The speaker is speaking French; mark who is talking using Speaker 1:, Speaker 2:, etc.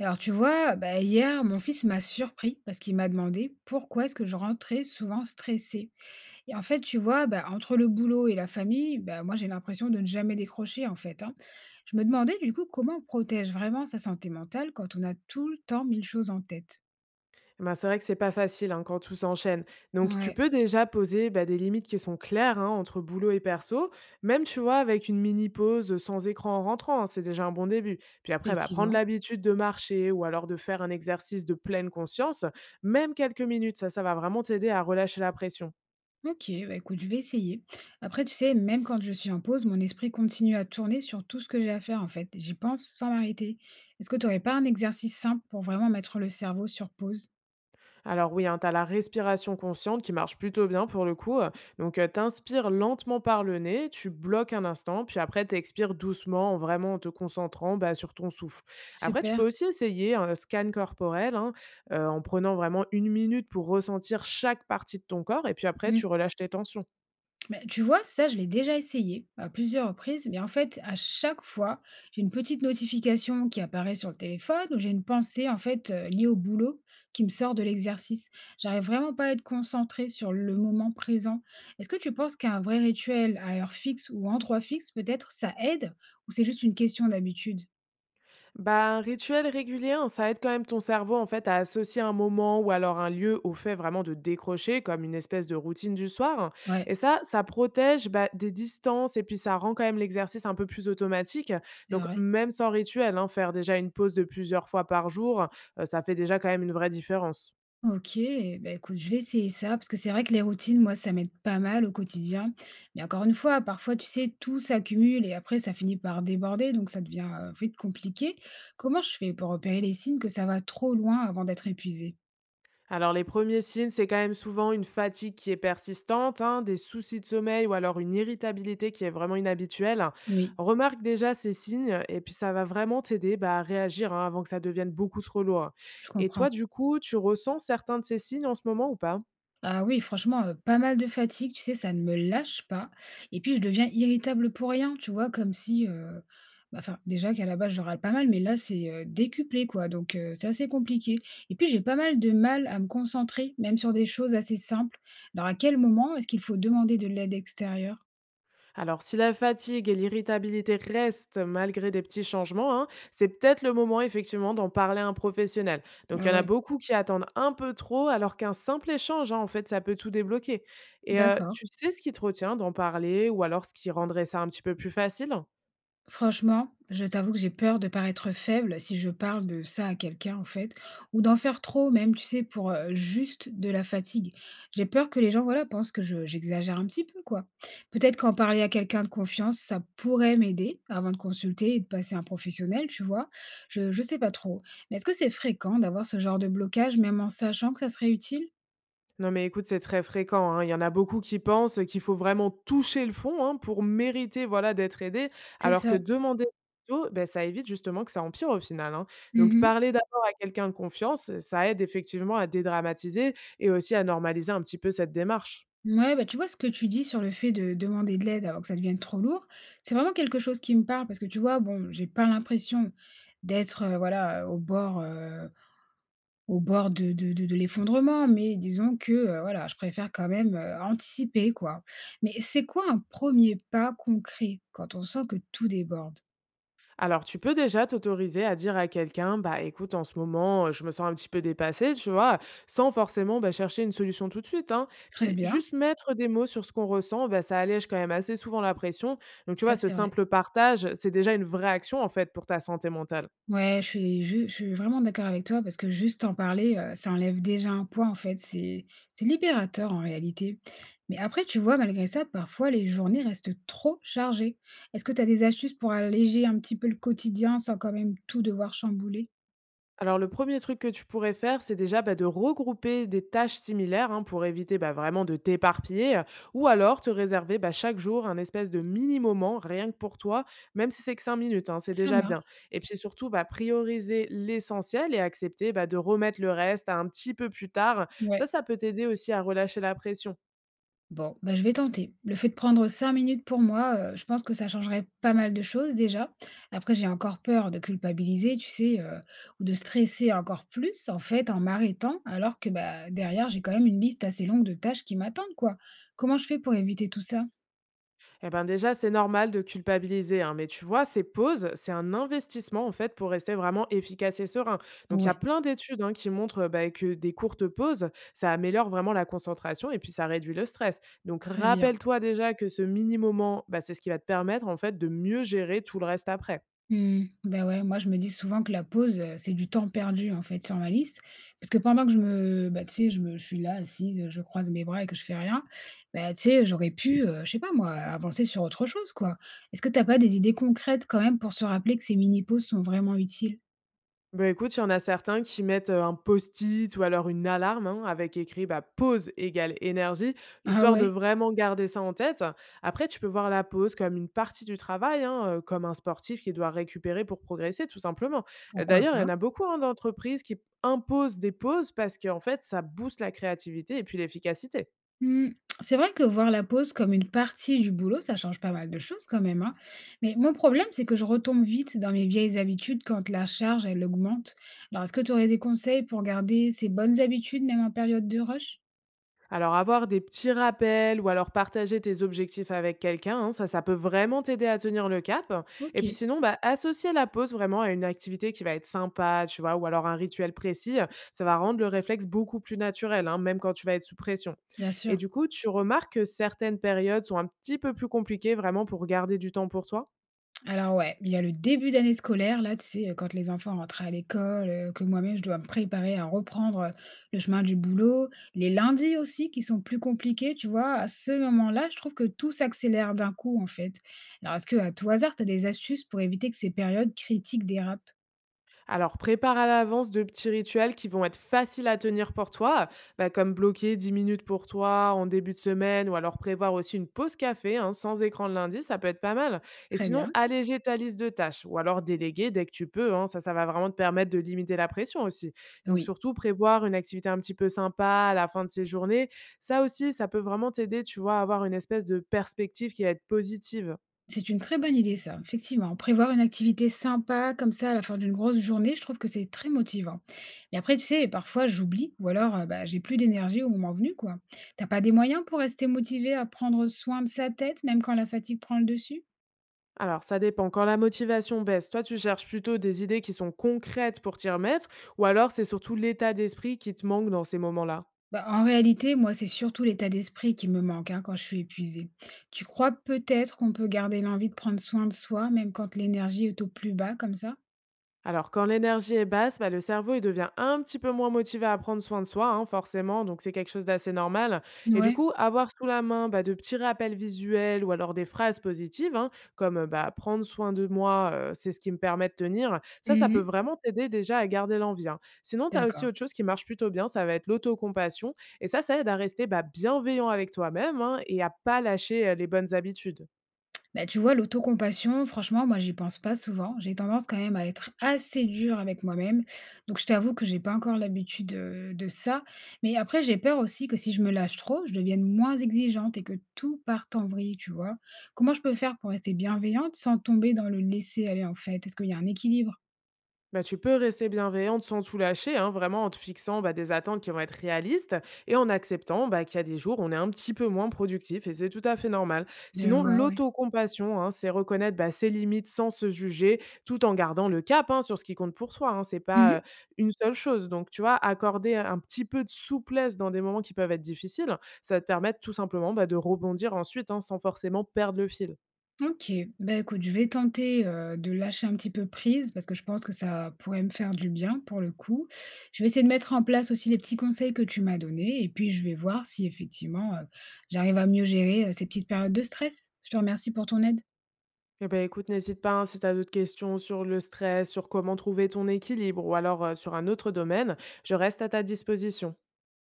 Speaker 1: Alors tu vois, bah, hier, mon fils m'a surpris parce qu'il m'a demandé pourquoi est-ce que je rentrais souvent stressée. Et en fait, tu vois, bah, entre le boulot et la famille, bah, moi j'ai l'impression de ne jamais décrocher en fait, hein. Je me demandais du coup comment on protège vraiment sa santé mentale quand on a tout le temps mille choses en tête.
Speaker 2: Eh Ben, c'est vrai que c'est pas facile, hein, quand tout s'enchaîne. Donc tu
Speaker 1: Ouais,
Speaker 2: peux déjà poser, bah, des limites qui sont claires, hein, entre boulot et perso, même, tu vois, avec une mini pause, sans écran en rentrant, hein, c'est déjà un bon début. Puis après, bah, prendre
Speaker 1: effectivement.
Speaker 2: l'habitude de marcher ou alors de faire un exercice de pleine conscience, même quelques minutes, ça va vraiment t'aider à relâcher la pression.
Speaker 1: Ok, bah écoute, je vais essayer. Après, tu sais, même quand je suis en pause, mon esprit continue à tourner sur tout ce que j'ai à faire en fait. J'y pense sans m'arrêter. Est-ce que tu n'aurais pas un exercice simple pour vraiment mettre le cerveau sur pause?
Speaker 2: Alors oui, hein, tu as la respiration consciente qui marche plutôt bien pour le coup. Donc tu inspires lentement par le nez, tu bloques un instant, puis après tu expires doucement, vraiment en te concentrant bah, sur ton souffle. Après, tu
Speaker 1: Super.
Speaker 2: peux aussi essayer un scan corporel hein, en prenant vraiment une minute pour ressentir chaque partie de ton corps, et puis après tu
Speaker 1: Mmh.
Speaker 2: relâches tes tensions.
Speaker 1: Mais tu vois, ça, je l'ai déjà essayé à plusieurs reprises, mais en fait, à chaque fois, j'ai une petite notification qui apparaît sur le téléphone ou j'ai une pensée en fait liée au boulot qui me sort de l'exercice. J'arrive vraiment pas à être concentrée sur le moment présent. Est-ce que tu penses qu'un vrai rituel à heure fixe ou en trois fixe, peut-être, ça aide ou c'est juste une question d'habitude?
Speaker 2: Bah, un rituel régulier, hein, ça aide quand même ton cerveau en fait à associer un moment ou alors un lieu au fait vraiment de décrocher comme une espèce de routine du soir. Hein.
Speaker 1: Ouais,
Speaker 2: Et ça protège bah, des distances et puis ça rend quand même l'exercice un peu plus automatique.
Speaker 1: c'est
Speaker 2: Donc
Speaker 1: vrai.
Speaker 2: même sans rituel, hein, faire déjà une pause de plusieurs fois par jour, ça fait déjà quand même une vraie différence.
Speaker 1: OK, bah, écoute, je vais essayer ça parce que c'est vrai que les routines, moi, ça m'aide pas mal au quotidien. Mais encore une fois, parfois, tu sais, tout s'accumule et après, ça finit par déborder, donc ça devient vite compliqué. Comment je fais pour repérer les signes que ça va trop loin avant d'être épuisé?
Speaker 2: Alors les premiers signes, c'est quand même souvent une fatigue qui est persistante, hein, des soucis de sommeil ou alors une irritabilité qui est vraiment inhabituelle.
Speaker 1: Oui,
Speaker 2: Remarque déjà ces signes et puis ça va vraiment t'aider bah, à réagir hein, avant que ça devienne beaucoup trop lourd.
Speaker 1: je
Speaker 2: Et
Speaker 1: comprends.
Speaker 2: toi, du coup, tu ressens certains de ces signes en ce moment ou pas?
Speaker 1: Ah oui, franchement, pas mal de fatigue, tu sais, ça ne me lâche pas et puis je deviens irritable pour rien, tu vois? Comme si, bah, enfin, déjà qu'à la base, je râle pas mal, mais là, c'est, décuplé, quoi, donc c'est assez compliqué et puis j'ai pas mal de mal à me concentrer, même sur des choses assez simples. Alors à quel moment est-ce qu'il faut demander de l'aide extérieure?
Speaker 2: Alors, si la fatigue et l'irritabilité restent malgré des petits changements, hein, c'est peut-être le moment effectivement d'en parler à un professionnel. Donc,
Speaker 1: Ah
Speaker 2: il y en a
Speaker 1: ouais,
Speaker 2: beaucoup qui attendent un peu trop, alors qu'un simple échange, hein, en fait, ça peut tout débloquer. Et
Speaker 1: d'accord.
Speaker 2: tu sais ce qui te retient d'en parler, ou alors ce qui rendrait ça un petit peu plus facile?
Speaker 1: Franchement, je t'avoue que j'ai peur de paraître faible si je parle de ça à quelqu'un en fait, ou d'en faire trop même, tu sais, pour juste de la fatigue. J'ai peur que les gens, voilà, pensent que j'exagère un petit peu, quoi. Peut-être qu'en parler à quelqu'un de confiance, ça pourrait m'aider avant de consulter et de passer un professionnel, tu vois. Je sais pas trop. Mais est-ce que c'est fréquent d'avoir ce genre de blocage, même en sachant que ça serait utile?
Speaker 2: Non, mais écoute, c'est très fréquent, hein. Il y en a beaucoup qui pensent qu'il faut vraiment toucher le fond, hein, pour mériter, voilà, d'être aidé,
Speaker 1: C'est
Speaker 2: alors
Speaker 1: ça.
Speaker 2: que demander plutôt, beh, ça évite justement que ça empire au final, hein. Donc parler d'abord à quelqu'un de confiance, ça aide effectivement à dédramatiser et aussi à normaliser un petit peu cette démarche.
Speaker 1: Ouais, bah, tu vois ce que tu dis sur le fait de demander de l'aide avant que ça devienne trop lourd, c'est vraiment quelque chose qui me parle parce que tu vois, bon, j'ai pas l'impression d'être, voilà, au bord de l'effondrement, mais disons que, voilà, je préfère quand même, anticiper, quoi. Mais c'est quoi un premier pas concret quand on sent que tout déborde?
Speaker 2: Alors, tu peux déjà t'autoriser à dire à quelqu'un, bah écoute, en ce moment, je me sens un petit peu dépassée, tu vois, sans forcément bah, chercher une solution tout de suite. Hein.
Speaker 1: Très
Speaker 2: Puis
Speaker 1: bien,
Speaker 2: juste mettre des mots sur ce qu'on ressent, bah, ça allège quand même assez souvent la pression. Donc, tu
Speaker 1: ça
Speaker 2: vois, ce
Speaker 1: c'est vrai.
Speaker 2: simple partage, c'est déjà une vraie action en fait pour ta santé mentale.
Speaker 1: Ouais, je suis vraiment d'accord avec toi parce que juste en parler, ça enlève déjà un poids en fait, c'est libérateur en réalité. Mais après tu vois, malgré ça, parfois les journées restent trop chargées. Est-ce que tu as des astuces pour alléger un petit peu le quotidien sans quand même tout devoir chambouler?
Speaker 2: Alors le premier truc que tu pourrais faire, c'est déjà bah, de regrouper des tâches similaires hein, pour éviter bah, vraiment de t'éparpiller, ou alors te réserver bah, chaque jour un espèce de mini-moment rien que pour toi, même si c'est que 5 minutes, hein, c'est
Speaker 1: Ça
Speaker 2: déjà bien.
Speaker 1: marche,
Speaker 2: Et puis surtout, bah, prioriser l'essentiel et accepter bah, de remettre le reste à un petit peu plus tard, ça,
Speaker 1: ouais.
Speaker 2: ça peut t'aider aussi à relâcher la pression.
Speaker 1: Bon, bah, je vais tenter. Le fait de prendre 5 minutes pour moi, je pense que ça changerait pas mal de choses déjà. Après, j'ai encore peur de culpabiliser, tu sais, ou de stresser encore plus en fait en m'arrêtant, alors que, bah, derrière, j'ai quand même une liste assez longue de tâches qui m'attendent quoi. Comment je fais pour éviter tout ça?
Speaker 2: Eh ben déjà, c'est normal de culpabiliser, hein, mais tu vois, ces pauses, c'est un investissement en fait pour rester vraiment efficace et serein. Donc il y a
Speaker 1: Ouais,
Speaker 2: plein d'études hein, qui montrent bah, que des courtes pauses, ça améliore vraiment la concentration et puis ça réduit le stress. Donc
Speaker 1: très bien.
Speaker 2: rappelle-toi déjà que ce mini moment, bah, c'est ce qui va te permettre en fait de mieux gérer tout le reste après.
Speaker 1: Mmh. Bah, ouais, moi je me dis souvent que la pause, c'est du temps perdu en fait sur ma liste. Parce que pendant que je me bah, tu sais, je suis là assise, je croise mes bras et que je fais rien, bah, tu sais, j'aurais pu, je sais pas moi, avancer sur autre chose quoi. Est-ce que t'as pas des idées concrètes quand même pour se rappeler que ces mini pauses sont vraiment utiles?
Speaker 2: Bah, écoute, il y en a certains qui mettent, un post-it ou alors une alarme, hein, avec écrit, bah, pause égale énergie,
Speaker 1: Ah
Speaker 2: histoire de
Speaker 1: ouais,
Speaker 2: vraiment garder ça en tête. Après, tu peux voir la pause comme une partie du travail, hein, comme un sportif qui doit récupérer pour progresser, tout simplement.
Speaker 1: pourquoi
Speaker 2: D'ailleurs, il y
Speaker 1: pas?
Speaker 2: en a beaucoup, hein, d'entreprises qui impose des pauses parce qu'en fait, ça booste la créativité et puis l'efficacité.
Speaker 1: Mmh, c'est vrai que voir la pause comme une partie du boulot, ça change pas mal de choses quand même, hein. Mais mon problème, c'est que je retombe vite dans mes vieilles habitudes quand la charge, elle augmente. Alors, est-ce que tu aurais des conseils pour garder ces bonnes habitudes, même en période de rush?
Speaker 2: Alors avoir des petits rappels ou alors partager tes objectifs avec quelqu'un, hein, ça peut vraiment t'aider à tenir le cap.
Speaker 1: Ok,
Speaker 2: Et puis sinon, bah, associer la pause vraiment à une activité qui va être sympa, tu vois, ou alors un rituel précis, ça va rendre le réflexe beaucoup plus naturel, hein, même quand tu vas être sous pression.
Speaker 1: bien sûr.
Speaker 2: Et du coup, tu remarques que certaines périodes sont un petit peu plus compliquées vraiment pour garder du temps pour toi?
Speaker 1: Alors ouais, il y a le début d'année scolaire, là, tu sais, quand les enfants rentrent à l'école, que moi-même je dois me préparer à reprendre, le chemin du boulot. Les lundis aussi qui sont plus compliqués, tu vois? À ce moment-là, je trouve que tout s'accélère d'un coup, en fait. Alors est-ce que à tout hasard, tu as des astuces pour éviter que ces périodes critiques dérapent?
Speaker 2: Alors, prépare à l'avance de petits rituels qui vont être faciles à tenir pour toi, bah, comme bloquer 10 minutes pour toi en début de semaine ou alors prévoir aussi une pause café hein, sans écran le lundi, ça peut être pas mal. Et
Speaker 1: Très
Speaker 2: sinon,
Speaker 1: bien,
Speaker 2: alléger ta liste de tâches ou alors déléguer dès que tu peux, hein, ça va vraiment te permettre de limiter la pression aussi. Donc,
Speaker 1: oui.
Speaker 2: surtout, prévoir une activité un petit peu sympa à la fin de ces journées, ça aussi, ça peut vraiment t'aider, tu vois, à avoir une espèce de perspective qui va être positive.
Speaker 1: C'est une très bonne idée ça, effectivement. Prévoir une activité sympa comme ça à la fin d'une grosse journée, je trouve que c'est très motivant. Mais après, tu sais, parfois j'oublie ou alors bah, j'ai plus d'énergie au moment venu, quoi. T'as pas des moyens pour rester motivé à prendre soin de sa tête, même quand la fatigue prend le dessus?
Speaker 2: Alors, ça dépend. Quand la motivation baisse, toi, tu cherches plutôt des idées qui sont concrètes pour t'y remettre, ou alors c'est surtout l'état d'esprit qui te manque dans ces moments-là?
Speaker 1: Bah, en réalité, moi, c'est surtout l'état d'esprit qui me manque hein, quand je suis épuisée. Tu crois peut-être qu'on peut garder l'envie de prendre soin de soi, même quand l'énergie est au plus bas, comme ça?
Speaker 2: Alors, quand l'énergie est basse, bah, le cerveau il devient un petit peu moins motivé à prendre soin de soi, hein, forcément, donc c'est quelque chose d'assez normal. Et du
Speaker 1: Ouais.
Speaker 2: coup, avoir sous la main bah, de petits rappels visuels ou alors des phrases positives, hein, comme bah, prendre soin de moi, c'est ce qui me permet de tenir, ça peut
Speaker 1: Mhm.
Speaker 2: vraiment t'aider déjà à garder l'envie. Hein. Sinon, tu as aussi
Speaker 1: D'accord.
Speaker 2: autre chose qui marche plutôt bien, ça va être l'autocompassion. Et ça aide à rester bah, bienveillant avec toi-même hein, et à pas lâcher les bonnes habitudes.
Speaker 1: Bah, tu vois, l'autocompassion, franchement, moi, j'y pense pas souvent. J'ai tendance quand même à être assez dure avec moi-même. Donc, je t'avoue que j'ai pas encore l'habitude de ça. Mais après, j'ai peur aussi que si je me lâche trop, je devienne moins exigeante et que tout parte en vrille, tu vois. Comment je peux faire pour rester bienveillante sans tomber dans le laisser-aller, en fait? Est-ce qu'il y a un équilibre?
Speaker 2: Bah, tu peux rester bienveillante sans tout lâcher, hein, vraiment en te fixant bah, des attentes qui vont être réalistes et en acceptant bah, qu'il y a des jours où on est un petit peu moins productif et c'est tout à fait normal.
Speaker 1: Je
Speaker 2: Sinon,
Speaker 1: vois, ouais.
Speaker 2: l'autocompassion, hein, c'est reconnaître bah, ses limites sans se juger, tout en gardant le cap hein, sur ce qui compte pour soi. Hein, c'est pas une seule chose. Donc, tu vois, accorder un petit peu de souplesse dans des moments qui peuvent être difficiles, ça va te permettre tout simplement bah, de rebondir ensuite hein, sans forcément perdre le fil.
Speaker 1: OK. Bah, écoute, je vais tenter, de lâcher un petit peu prise parce que je pense que ça pourrait me faire du bien pour le coup. Je vais essayer de mettre en place aussi les petits conseils que tu m'as donnés et puis je vais voir si effectivement, j'arrive à mieux gérer, ces petites périodes de stress. Je te remercie pour ton aide.
Speaker 2: Eh beh, écoute, n'hésite pas, hein, si tu as d'autres questions sur le stress, sur comment trouver ton équilibre ou alors, sur un autre domaine, je reste à ta disposition.